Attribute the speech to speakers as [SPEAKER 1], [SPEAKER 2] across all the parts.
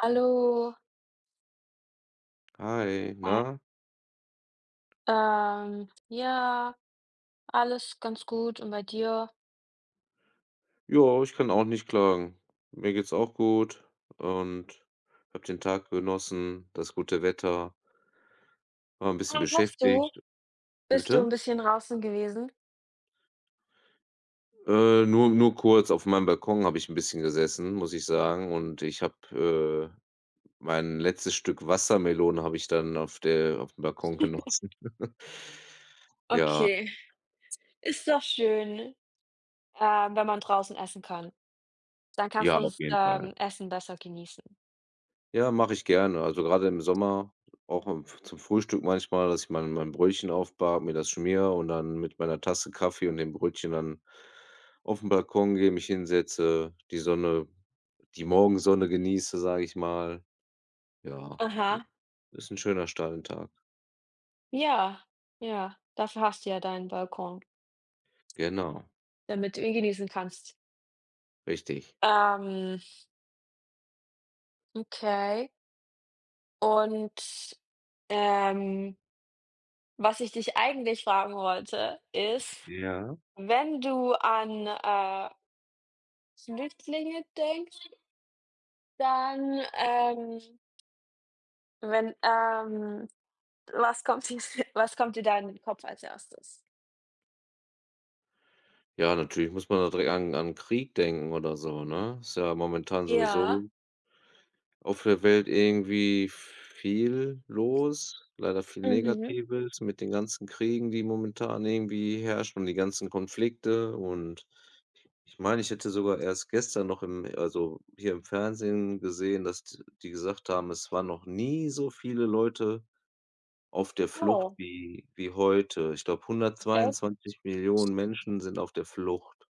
[SPEAKER 1] Hallo,
[SPEAKER 2] Hi,
[SPEAKER 1] a
[SPEAKER 2] na?
[SPEAKER 1] ja, alles ganz gut und bei dir?
[SPEAKER 2] Ja, ich kann auch nicht klagen. Mir geht's auch gut und habe den Tag genossen, das gute Wetter, war ein bisschen
[SPEAKER 1] Ah, hast du?
[SPEAKER 2] beschäftigt. Wie
[SPEAKER 1] Bist du
[SPEAKER 2] bitte?
[SPEAKER 1] ein bisschen draußen gewesen?
[SPEAKER 2] Nur kurz. Auf meinem Balkon habe ich ein bisschen gesessen, muss ich sagen, und ich habe mein letztes Stück Wassermelone habe ich dann auf der auf dem Balkon genossen. Ja,
[SPEAKER 1] Okay, ist doch schön, wenn man draußen essen kann. Dann kannst
[SPEAKER 2] ja,
[SPEAKER 1] du
[SPEAKER 2] auf
[SPEAKER 1] das,
[SPEAKER 2] jeden Fall.
[SPEAKER 1] Essen besser genießen.
[SPEAKER 2] Ja, mache ich gerne. Also, gerade im Sommer, auch im zum Frühstück manchmal, dass ich mein Brötchen aufbacke, mir das schmiere und dann mit meiner Tasse Kaffee und dem Brötchen dann auf den Balkon gehe, mich hinsetze, die Morgensonne genieße, sage ich mal. Ja,
[SPEAKER 1] Aha,
[SPEAKER 2] ist ein schöner Start in den Tag.
[SPEAKER 1] ja, ja, dafür hast du ja deinen Balkon,
[SPEAKER 2] Genau,
[SPEAKER 1] damit du ihn genießen kannst.
[SPEAKER 2] richtig.
[SPEAKER 1] Ähm, okay und, ähm, was ich dich eigentlich fragen wollte, ist:
[SPEAKER 2] Ja.
[SPEAKER 1] wenn du an, Flüchtlinge denkst, dann, wenn, was kommt dir was kommt dir da in den Kopf als Erstes?
[SPEAKER 2] Ja, natürlich muss man da direkt an Krieg denken oder so, ne? Ist ja momentan
[SPEAKER 1] Ja.
[SPEAKER 2] sowieso auf der Welt irgendwie viel los, leider viel
[SPEAKER 1] Mhm.
[SPEAKER 2] Negatives mit den ganzen Kriegen, die momentan irgendwie herrschen, und die ganzen Konflikte. Und ich meine, ich hätte sogar erst gestern noch im also hier im Fernsehen gesehen, dass d die gesagt haben, es waren noch nie so viele Leute auf der Flucht
[SPEAKER 1] Oh,
[SPEAKER 2] wie heute. Ich glaube,
[SPEAKER 1] echt?
[SPEAKER 2] 122 Millionen Menschen sind auf der Flucht.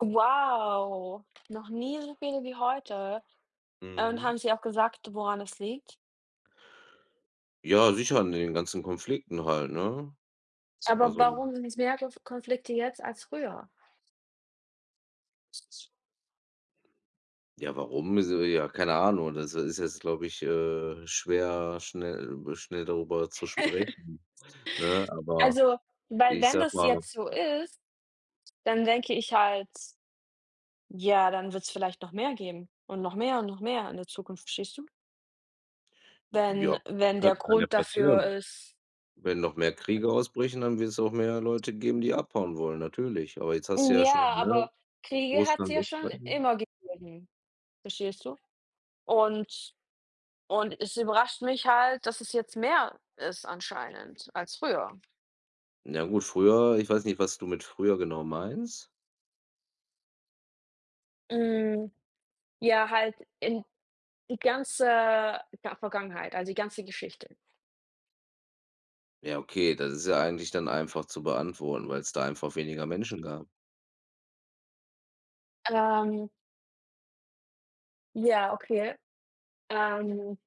[SPEAKER 1] Wow, noch nie so viele wie heute. Und
[SPEAKER 2] Mhm.
[SPEAKER 1] haben Sie auch gesagt, woran es liegt?
[SPEAKER 2] Ja, sicher, in den ganzen Konflikten halt, ne?
[SPEAKER 1] Aber
[SPEAKER 2] Also,
[SPEAKER 1] warum sind es mehr Konflikte jetzt als früher?
[SPEAKER 2] ja, warum? Also, ja, keine Ahnung. Das ist jetzt, glaube ich, schwer, schnell darüber zu sprechen, ne? Aber
[SPEAKER 1] Also, weil,
[SPEAKER 2] ich
[SPEAKER 1] wenn
[SPEAKER 2] sag
[SPEAKER 1] das
[SPEAKER 2] mal,
[SPEAKER 1] jetzt so ist, dann denke ich halt, ja, dann wird's vielleicht noch mehr geben und noch mehr in der Zukunft, verstehst du?
[SPEAKER 2] ja,
[SPEAKER 1] Wenn
[SPEAKER 2] kann
[SPEAKER 1] der
[SPEAKER 2] kann ja
[SPEAKER 1] Grund dafür
[SPEAKER 2] passieren.
[SPEAKER 1] ist,
[SPEAKER 2] Wenn noch mehr Kriege ausbrechen, dann wird es auch mehr Leute geben, die abhauen wollen, natürlich. Aber jetzt hast du ja schon,
[SPEAKER 1] ja,
[SPEAKER 2] ne,
[SPEAKER 1] aber Kriege hat's
[SPEAKER 2] Russland,
[SPEAKER 1] ja schon
[SPEAKER 2] Ukraine.
[SPEAKER 1] immer gegeben, verstehst du? Und und es überrascht mich halt, dass es jetzt mehr ist anscheinend als früher.
[SPEAKER 2] Ja, gut, früher, ich weiß nicht, was du mit früher genau meinst.
[SPEAKER 1] Hm, ja, halt in die ganze Ga Vergangenheit, also die ganze Geschichte.
[SPEAKER 2] Ja, okay, das ist ja eigentlich dann einfach zu beantworten, weil es da einfach weniger Menschen gab.
[SPEAKER 1] Ähm, ja, okay. Ähm,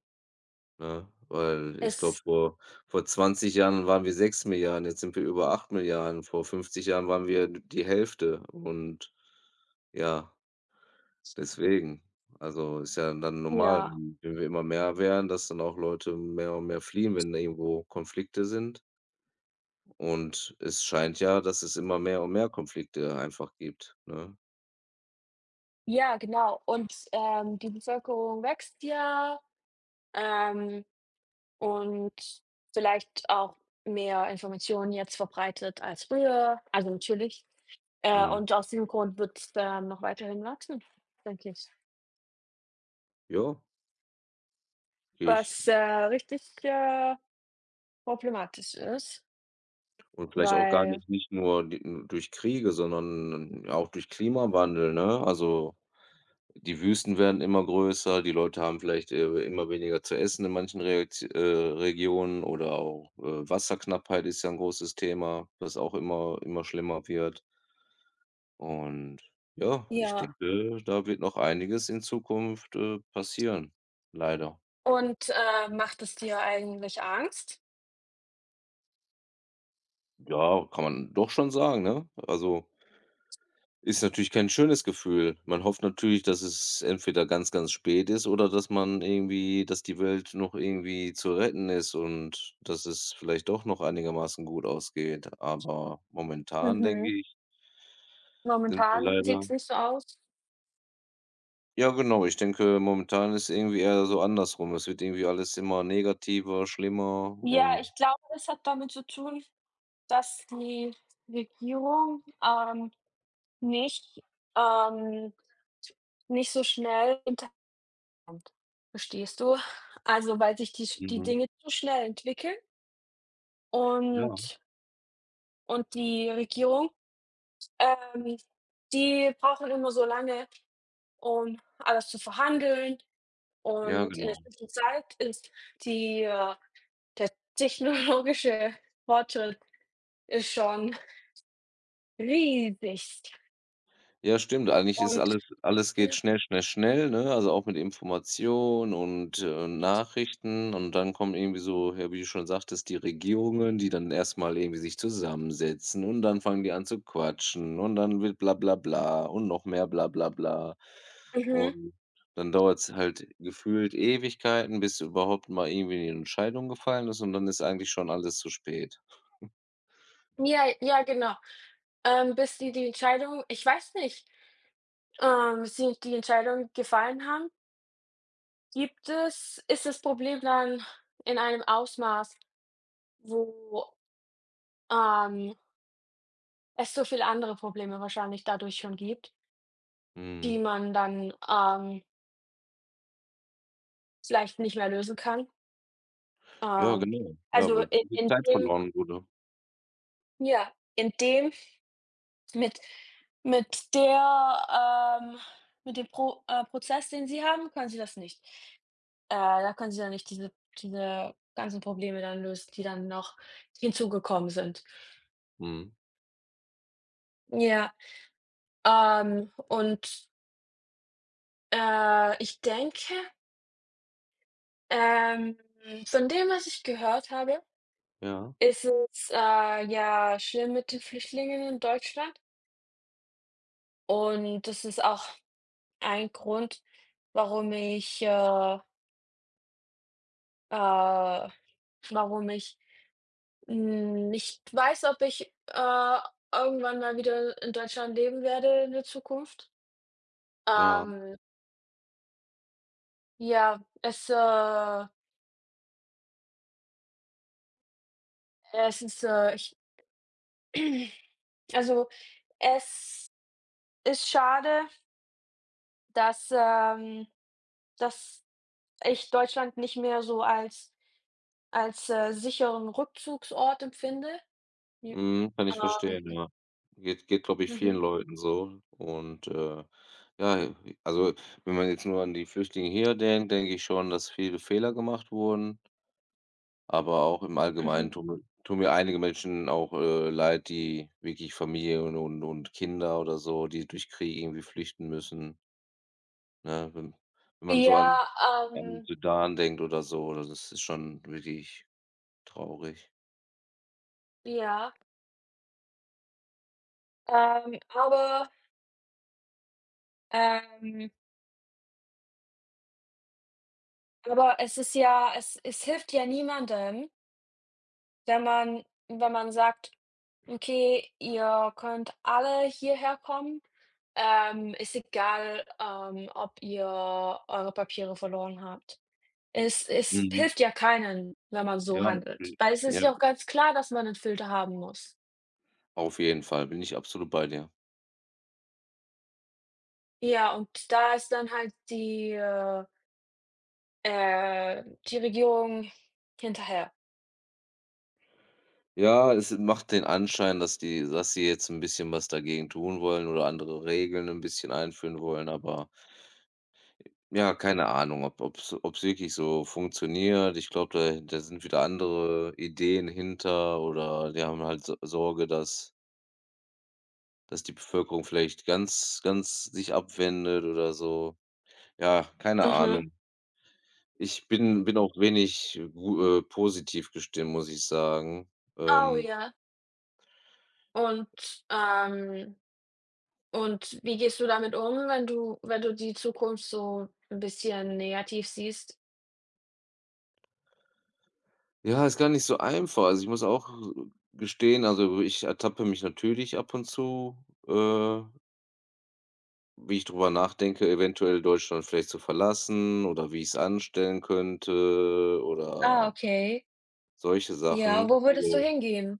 [SPEAKER 2] Ne? Weil ich glaube,
[SPEAKER 1] es
[SPEAKER 2] vor 20 Jahren waren wir 6 Milliarden, jetzt sind wir über 8 Milliarden. Vor 50 Jahren waren wir die Hälfte und ja, deswegen. Also, ist ja dann normal,
[SPEAKER 1] ja.
[SPEAKER 2] wenn wir immer mehr werden, dass dann auch Leute mehr und mehr fliehen, wenn da irgendwo Konflikte sind. Und es scheint ja, dass es immer mehr und mehr Konflikte einfach gibt, ne?
[SPEAKER 1] Ja, genau. Und, die Bevölkerung wächst ja, ähm, und vielleicht auch mehr Informationen jetzt verbreitet als früher, also natürlich.
[SPEAKER 2] Mhm.
[SPEAKER 1] Und aus diesem Grund wird's dann noch weiterhin wachsen, denke ich.
[SPEAKER 2] Ja, gehe ich,
[SPEAKER 1] Was, richtig, problematisch ist,
[SPEAKER 2] und vielleicht auch gar
[SPEAKER 1] weil
[SPEAKER 2] nicht nur d durch Kriege, sondern auch durch Klimawandel, ne? Also die Wüsten werden immer größer, die Leute haben vielleicht, immer weniger zu essen in manchen Reakt Regionen, oder auch, Wasserknappheit ist ja 'n großes Thema, was auch immer schlimmer wird. Und ja, ich
[SPEAKER 1] ja.
[SPEAKER 2] denke, da wird noch einiges in Zukunft, passieren, leider.
[SPEAKER 1] Und, macht es dir eigentlich Angst?
[SPEAKER 2] Ja, kann man doch schon sagen, ne? Also ist natürlich kein schönes Gefühl. Man hofft natürlich, dass es entweder ganz, ganz spät ist oder dass man irgendwie dass die Welt noch irgendwie zu retten ist und dass es vielleicht doch noch einigermaßen gut ausgeht. Aber momentan denke
[SPEAKER 1] Mhm.
[SPEAKER 2] ich sind wir
[SPEAKER 1] Momentan sieht
[SPEAKER 2] leider
[SPEAKER 1] es nicht so aus.
[SPEAKER 2] ja genau, ich denke, momentan ist irgendwie eher so andersrum. Es wird irgendwie alles immer negativer, schlimmer
[SPEAKER 1] Ja,
[SPEAKER 2] und
[SPEAKER 1] ich glaube, das hat damit zu tun, dass die Regierung, nicht, ähm nicht so schnell hinterkommt, verstehst du? Also, weil sich die
[SPEAKER 2] mhm.
[SPEAKER 1] Dinge zu schnell entwickeln
[SPEAKER 2] Ja.
[SPEAKER 1] und und die Regierung, ähm, die brauchen immer so lange, um alles zu verhandeln,
[SPEAKER 2] Ja,
[SPEAKER 1] und in
[SPEAKER 2] genau.
[SPEAKER 1] der Zwischenzeit ist die der technologische Fortschritt ist schon riesig
[SPEAKER 2] Ja, stimmt. Eigentlich ist
[SPEAKER 1] und
[SPEAKER 2] alles geht
[SPEAKER 1] ja,
[SPEAKER 2] schnell, schnell, schnell, ne? Also, auch mit Informationen und, Nachrichten, und dann kommen irgendwie so, ja, wie du schon sagtest, die Regierungen, die dann erst mal irgendwie sich zusammensetzen und dann fangen die an zu quatschen und dann wird bla bla bla und noch mehr bla bla bla.
[SPEAKER 1] mhm.
[SPEAKER 2] Und dann dauert es halt gefühlt Ewigkeiten, bis überhaupt mal irgendwie 'ne Entscheidung gefallen ist und dann ist eigentlich schon alles zu spät.
[SPEAKER 1] Ja, ja, genau. Bis die Entscheidung, ich weiß nicht, sie die Entscheidung gefallen haben, gibt es ist das Problem dann in einem Ausmaß, wo, ähm, es so viele andere Probleme wahrscheinlich dadurch schon gibt, die
[SPEAKER 2] Mhm.
[SPEAKER 1] man dann, vielleicht nicht mehr lösen kann.
[SPEAKER 2] Ja,
[SPEAKER 1] Ähm,
[SPEAKER 2] genau. Ja,
[SPEAKER 1] also
[SPEAKER 2] aber
[SPEAKER 1] in
[SPEAKER 2] viel
[SPEAKER 1] in
[SPEAKER 2] Zeit
[SPEAKER 1] dem,
[SPEAKER 2] verloren wurde.
[SPEAKER 1] ja, in dem, mit mit der mit dem Prozess, den sie haben, können sie das nicht. Da können sie dann nicht diese ganzen Probleme dann lösen, die dann noch hinzugekommen sind.
[SPEAKER 2] Mhm.
[SPEAKER 1] Ja, und, ich denke, ähm, von dem, was ich gehört habe,
[SPEAKER 2] Ja.
[SPEAKER 1] ist es, ja, schlimm mit den Flüchtlingen in Deutschland, und das ist auch ein Grund, warum ich, äh warum ich, hm, ich weiß, ob ich, irgendwann mal wieder in Deutschland leben werde in der Zukunft.
[SPEAKER 2] Ja,
[SPEAKER 1] Ähm, ja, es, es ist, ich also, es ist schade, dass, ähm dass ich Deutschland nicht mehr so als als sicheren Rückzugsort empfinde. J
[SPEAKER 2] mhm, kann ich verstehen,
[SPEAKER 1] ähm,
[SPEAKER 2] ja. Geht, glaube ich, vielen
[SPEAKER 1] mhm,
[SPEAKER 2] Leuten so, und, ja, also, wenn man jetzt nur an die Flüchtlinge hier denkt, denke ich schon, dass viele Fehler gemacht wurden, aber auch im Allgemeinen
[SPEAKER 1] mhm.
[SPEAKER 2] tun mir einige Menschen auch, leid, die wirklich Familie und und Kinder oder so, die durch Krieg irgendwie flüchten müssen, ne? Wenn man so an
[SPEAKER 1] Ja, ähm,
[SPEAKER 2] Sudan denkt oder so, das ist schon wirklich traurig.
[SPEAKER 1] ja, aber, ähm aber es ist ja, es hilft ja niemandem, wenn man sagt: „Okay, ihr könnt alle hierher kommen. Ist egal, ob ihr eure Papiere verloren habt.“ Es
[SPEAKER 2] Mhm.
[SPEAKER 1] hilft ja keinen, wenn man so
[SPEAKER 2] Ja,
[SPEAKER 1] handelt, weil es ist
[SPEAKER 2] ja.
[SPEAKER 1] ja auch ganz klar, dass man einen Filter haben muss.
[SPEAKER 2] Auf jeden Fall, bin ich absolut bei dir.
[SPEAKER 1] Ja, und da ist dann halt die, die Regierung hinterher.
[SPEAKER 2] Ja, es macht den Anschein, dass die dass sie jetzt ein bisschen was dagegen tun wollen oder andere Regeln ein bisschen einführen wollen, aber ja, keine Ahnung, ob ob's wirklich so funktioniert. Ich glaube, da sind wieder andere Ideen hinter, oder die haben halt S Sorge, dass die Bevölkerung vielleicht ganz sich abwendet oder so. Ja, keine
[SPEAKER 1] Mhm.
[SPEAKER 2] Ahnung. Ich bin auch wenig gu positiv gestimmt, muss ich sagen.
[SPEAKER 1] Oh
[SPEAKER 2] Ähm
[SPEAKER 1] ja. Und, ähm Und wie gehst du damit um, wenn du die Zukunft so ein bisschen negativ siehst?
[SPEAKER 2] Ja, ist gar nicht so einfach. Also, ich muss auch gestehen, also, ich ertappe mich natürlich ab und zu, wie ich drüber nachdenke, eventuell Deutschland vielleicht zu verlassen oder wie ich es anstellen könnte
[SPEAKER 1] Ah,
[SPEAKER 2] oder
[SPEAKER 1] okay.
[SPEAKER 2] solche
[SPEAKER 1] Ja,
[SPEAKER 2] Sachen.
[SPEAKER 1] wo würdest du
[SPEAKER 2] Also
[SPEAKER 1] hingehen?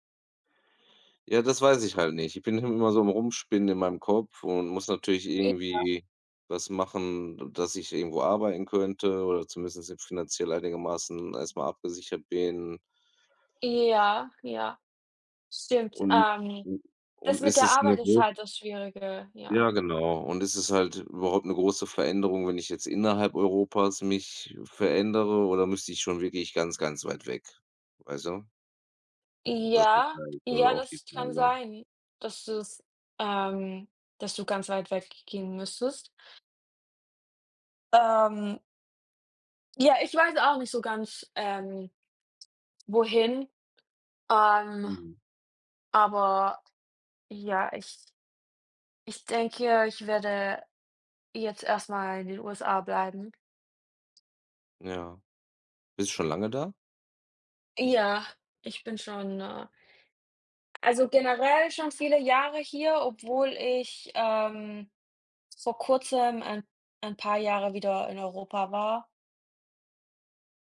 [SPEAKER 2] ja, das weiß ich halt nicht. Ich bin immer so am Rumspinnen in meinem Kopf und muss natürlich irgendwie was machen, dass ich irgendwo arbeiten könnte oder zumindest finanziell einigermaßen erstmal abgesichert bin.
[SPEAKER 1] I ja, ja, stimmt.
[SPEAKER 2] Und
[SPEAKER 1] Das
[SPEAKER 2] und
[SPEAKER 1] mit
[SPEAKER 2] ist
[SPEAKER 1] der
[SPEAKER 2] es eine
[SPEAKER 1] Arbeit ist halt das Schwierige,
[SPEAKER 2] ja,
[SPEAKER 1] ja.
[SPEAKER 2] genau. Und es ist halt überhaupt eine große Veränderung, wenn ich jetzt innerhalb Europas mich verändere, oder müsste ich schon wirklich ganz, ganz weit weg? Weißt du? Das ist
[SPEAKER 1] Ja,
[SPEAKER 2] halt so
[SPEAKER 1] ja,
[SPEAKER 2] auch die
[SPEAKER 1] das kann
[SPEAKER 2] Frage.
[SPEAKER 1] sein, dass du's ähm, dass du ganz weit weggehen müsstest. Ähm, ja, ich weiß auch nicht so ganz, wohin, ähm,
[SPEAKER 2] Mhm.
[SPEAKER 1] aber ja, ich denke, ich werde jetzt erstmal in den USA bleiben.
[SPEAKER 2] Ja. Bist du schon lange da?
[SPEAKER 1] Ja, ich bin schon, also, generell schon viele Jahre hier, obwohl ich, vor Kurzem ein paar Jahre wieder in Europa war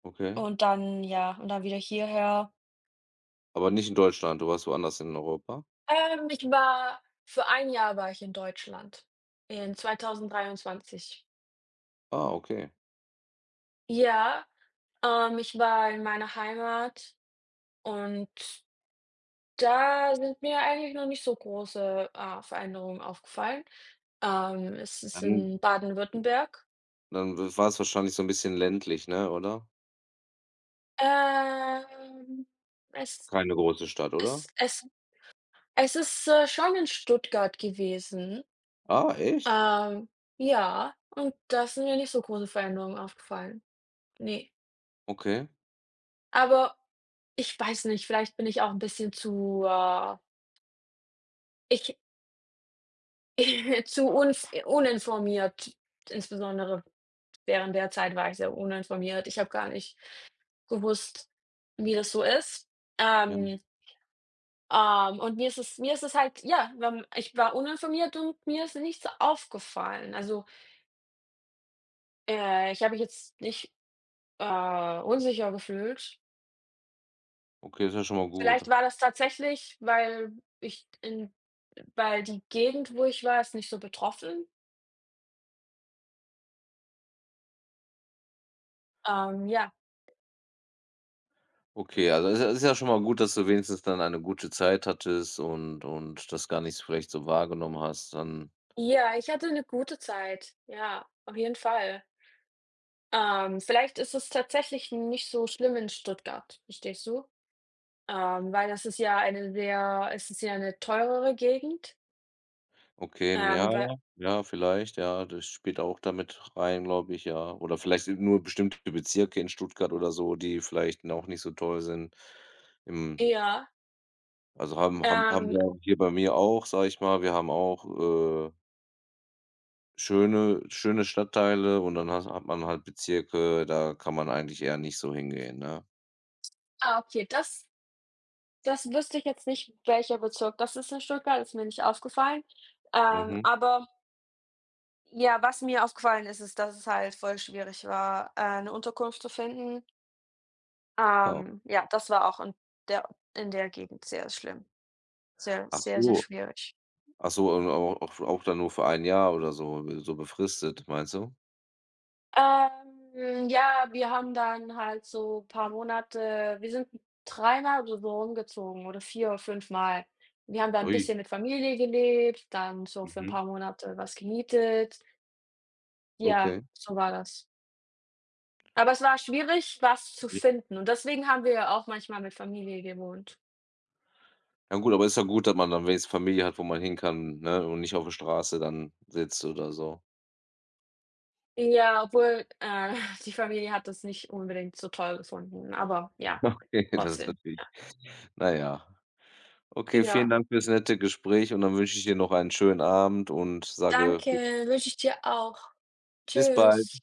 [SPEAKER 2] Okay.
[SPEAKER 1] und dann, ja, und dann wieder hierher.
[SPEAKER 2] Aber nicht in Deutschland, du warst woanders in Europa?
[SPEAKER 1] Ich war für ein Jahr, war ich in Deutschland, in 2023.
[SPEAKER 2] Ah, okay.
[SPEAKER 1] Ja, ich war in meiner Heimat, und da sind mir eigentlich noch nicht so große, Veränderungen aufgefallen. Es ist
[SPEAKER 2] Dann
[SPEAKER 1] in Baden-Württemberg.
[SPEAKER 2] Dann war es wahrscheinlich so ein bisschen ländlich, ne, oder?
[SPEAKER 1] Ähm, es
[SPEAKER 2] Keine große Stadt, oder?
[SPEAKER 1] es es es ist, schon in Stuttgart gewesen.
[SPEAKER 2] Ah, echt?
[SPEAKER 1] Ähm, ja, und da sind mir nicht so große Veränderungen aufgefallen. Ne.
[SPEAKER 2] Okay.
[SPEAKER 1] Aber ich weiß nicht, vielleicht bin ich auch ein bisschen zu, ich zu unf uninformiert. Insbesondere während der Zeit war ich sehr uninformiert. Ich habe gar nicht gewusst, wie das so ist.
[SPEAKER 2] Ja.
[SPEAKER 1] Ähm, und mir ist es halt, ja, ich war uninformiert und mir ist nichts aufgefallen. Also, ich habe mich jetzt nicht, unsicher gefühlt.
[SPEAKER 2] Okay, ist ja schon mal gut.
[SPEAKER 1] Vielleicht war das tatsächlich, ich in weil die Gegend, wo ich war, ist nicht so betroffen. Ja.
[SPEAKER 2] Okay, also es ist ja schon mal gut, dass du wenigstens dann eine gute Zeit hattest und das gar nicht vielleicht so wahrgenommen hast. Dann
[SPEAKER 1] Ja, ich hatte eine gute Zeit. Ja, auf jeden Fall. Vielleicht ist es tatsächlich nicht so schlimm in Stuttgart, verstehst du? Weil das ist ja eine sehr es ist ja 'ne teurere Gegend,
[SPEAKER 2] okay, ja,
[SPEAKER 1] weil
[SPEAKER 2] ja, vielleicht, ja, das spielt auch damit rein, glaube ich, ja. Oder vielleicht sind nur bestimmte Bezirke in Stuttgart oder so, die vielleicht auch nicht so toll sind. Im
[SPEAKER 1] ja,
[SPEAKER 2] also haben
[SPEAKER 1] ähm,
[SPEAKER 2] wir hier bei mir auch, sage ich mal, wir haben auch, schöne Stadtteile, und dann has hat man halt Bezirke, da kann man eigentlich eher nicht so hingehen, ne?
[SPEAKER 1] ah, okay, das wüsste ich jetzt nicht, welcher Bezirk das ist in Stuttgart, ist mir nicht aufgefallen.
[SPEAKER 2] Mhm.
[SPEAKER 1] Aber ja, was mir aufgefallen ist, ist, dass es halt voll schwierig war, 'ne Unterkunft zu finden.
[SPEAKER 2] Ah.
[SPEAKER 1] Ja, das war auch der in der Gegend sehr schlimm. Sehr,
[SPEAKER 2] Ach
[SPEAKER 1] sehr, sehr
[SPEAKER 2] so.
[SPEAKER 1] schwierig.
[SPEAKER 2] Ach so, und au auch dann nur für ein Jahr oder so so befristet, meinst du?
[SPEAKER 1] Ja, wir haben dann halt so ein paar Monate, wir sind dreimal oder so rumgezogen oder vier oder fünf Mal. Wir haben da ein
[SPEAKER 2] Ui,
[SPEAKER 1] bisschen mit Familie gelebt, dann so für ein
[SPEAKER 2] mhm,
[SPEAKER 1] paar Monate was gemietet. Ja,
[SPEAKER 2] okay.
[SPEAKER 1] so war das. Aber es war schwierig, was zu
[SPEAKER 2] Ja.
[SPEAKER 1] finden, und deswegen haben wir ja auch manchmal mit Familie gewohnt.
[SPEAKER 2] Ja gut, aber ist ja gut, dass man dann wenigstens Familie hat, wo man hin kann, ne, und nicht auf der Straße dann sitzt oder so.
[SPEAKER 1] Ja, obwohl, die Familie hat das nicht unbedingt so toll gefunden, aber ja,
[SPEAKER 2] Okay, das ist
[SPEAKER 1] trotzdem.
[SPEAKER 2] natürlich na ja. Okay, vielen
[SPEAKER 1] Ja,
[SPEAKER 2] Dank fürs nette Gespräch und dann wünsche ich dir noch einen schönen Abend und sage
[SPEAKER 1] danke, wünsche ich dir auch.
[SPEAKER 2] bis bald.
[SPEAKER 1] Tschüss.